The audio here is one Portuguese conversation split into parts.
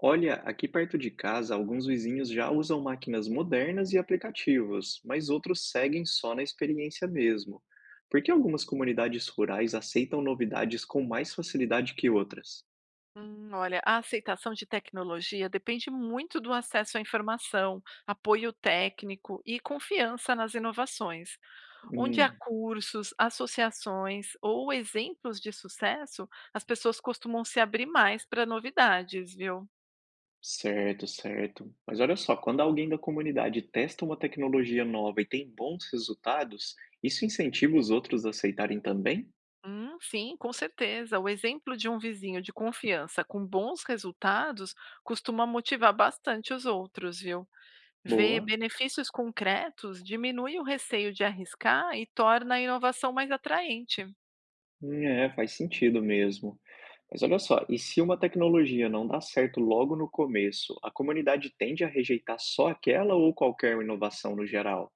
Olha, aqui perto de casa, alguns vizinhos já usam máquinas modernas e aplicativos, mas outros seguem só na experiência mesmo. Por que algumas comunidades rurais aceitam novidades com mais facilidade que outras? Olha, a aceitação de tecnologia depende muito do acesso à informação, apoio técnico e confiança nas inovações. Onde há Hum, cursos, associações ou exemplos de sucesso, as pessoas costumam se abrir mais para novidades, viu? certo, certo. Mas olha só, quando alguém da comunidade testa uma tecnologia nova e tem bons resultados, isso incentiva os outros a aceitarem também? Sim, com certeza. O exemplo de um vizinho de confiança com bons resultados costuma motivar bastante os outros, viu? Ver Boa. benefícios concretos diminui o receio de arriscar e torna a inovação mais atraente. É, faz sentido mesmo. Mas olha só, e se uma tecnologia não dá certo logo no começo, a comunidade tende a rejeitar só aquela ou qualquer inovação no geral?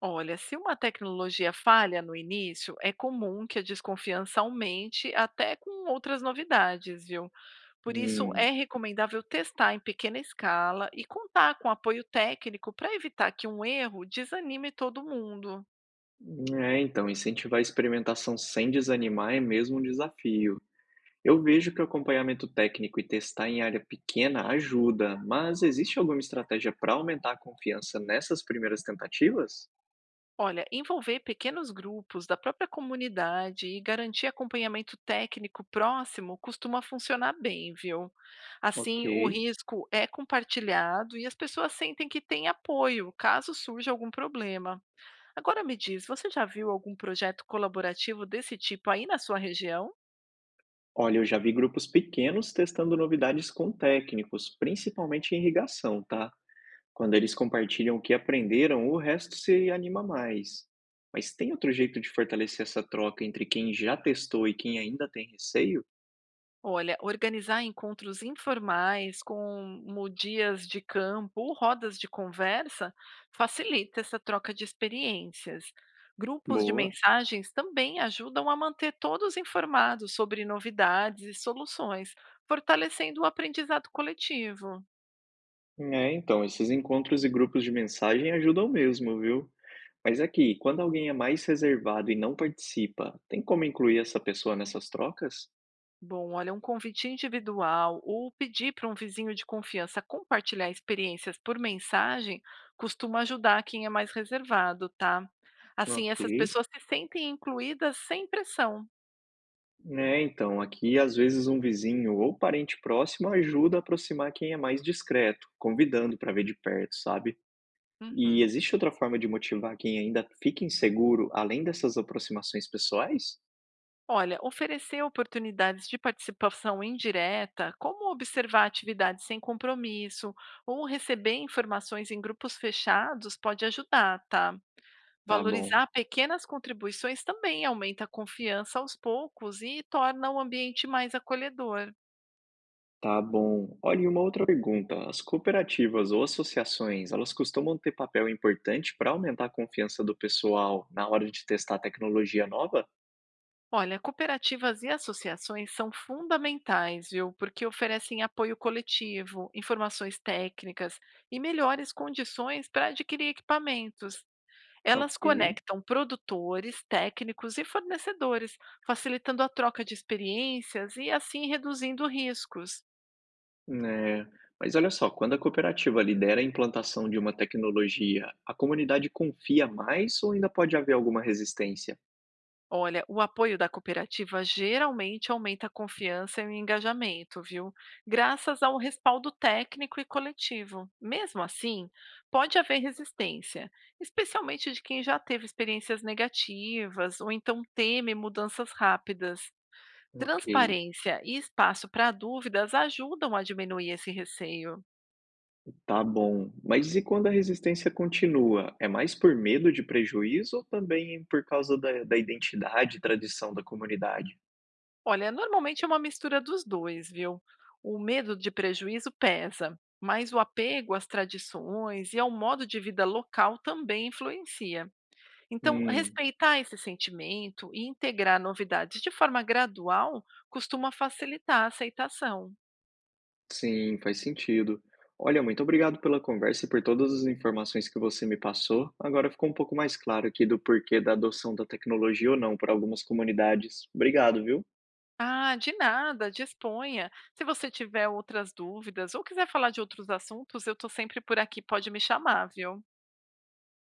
Olha, se uma tecnologia falha no início, é comum que a desconfiança aumente até com outras novidades, viu? Por isso, Hum, é recomendável testar em pequena escala e contar com apoio técnico para evitar que um erro desanime todo mundo. é, então, incentivar a experimentação sem desanimar é mesmo um desafio. Eu vejo que o acompanhamento técnico e testar em área pequena ajuda, mas existe alguma estratégia para aumentar a confiança nessas primeiras tentativas? Olha, envolver pequenos grupos da própria comunidade e garantir acompanhamento técnico próximo costuma funcionar bem, viu? Ok. Assim, o risco é compartilhado e as pessoas sentem que têm apoio caso surja algum problema. Agora me diz, você já viu algum projeto colaborativo desse tipo aí na sua região? Olha, eu já vi grupos pequenos testando novidades com técnicos, principalmente em irrigação, tá? Quando eles compartilham o que aprenderam, o resto se anima mais. Mas tem outro jeito de fortalecer essa troca entre quem já testou e quem ainda tem receio? Olha, organizar encontros informais, como dias de campo ou rodas de conversa, facilita essa troca de experiências. Grupos de Boa. mensagens também ajudam a manter todos informados sobre novidades e soluções, fortalecendo o aprendizado coletivo. É, então, esses encontros e grupos de mensagem ajudam mesmo, viu? Mas aqui, quando alguém é mais reservado e não participa, tem como incluir essa pessoa nessas trocas? Bom, olha, um convite individual ou pedir para um vizinho de confiança compartilhar experiências por mensagem costuma ajudar quem é mais reservado, tá? Assim, essas Ok. pessoas se sentem incluídas sem pressão. É, então, aqui às vezes um vizinho ou parente próximo ajuda a aproximar quem é mais discreto, convidando para ver de perto, sabe? E Uhum. existe outra forma de motivar quem ainda fica inseguro, além dessas aproximações pessoais? Olha, oferecer oportunidades de participação indireta, como observar atividades sem compromisso ou receber informações em grupos fechados, pode ajudar, tá? Tá bom, Valorizar pequenas contribuições também aumenta a confiança aos poucos e torna o ambiente mais acolhedor. tá bom. Olha, e uma outra pergunta. As cooperativas ou associações, elas costumam ter papel importante para aumentar a confiança do pessoal na hora de testar tecnologia nova? Olha, cooperativas e associações são fundamentais, viu? Porque oferecem apoio coletivo, informações técnicas e melhores condições para adquirir equipamentos. Elas Ok, conectam produtores, técnicos e fornecedores, facilitando a troca de experiências e assim reduzindo riscos. né? Mas olha só, quando a cooperativa lidera a implantação de uma tecnologia, a comunidade confia mais ou ainda pode haver alguma resistência? Olha, o apoio da cooperativa geralmente aumenta a confiança e o engajamento, viu? Graças ao respaldo técnico e coletivo. Mesmo assim, pode haver resistência, especialmente de quem já teve experiências negativas ou então teme mudanças rápidas. Ok. Transparência e espaço para dúvidas ajudam a diminuir esse receio. Tá bom. Mas e quando a resistência continua? É mais por medo de prejuízo ou também por causa da, da identidade e tradição da comunidade? Olha, normalmente é uma mistura dos dois, viu? O medo de prejuízo pesa, mas o apego às tradições e ao modo de vida local também influencia. Então, Hum, respeitar esse sentimento e integrar novidades de forma gradual costuma facilitar a aceitação. sim, faz sentido. Olha, muito obrigado pela conversa e por todas as informações que você me passou. Agora ficou um pouco mais claro aqui do porquê da adoção da tecnologia ou não por algumas comunidades. Obrigado, viu? Ah, de nada, disponha. Se você tiver outras dúvidas ou quiser falar de outros assuntos, eu estou sempre por aqui, pode me chamar, viu?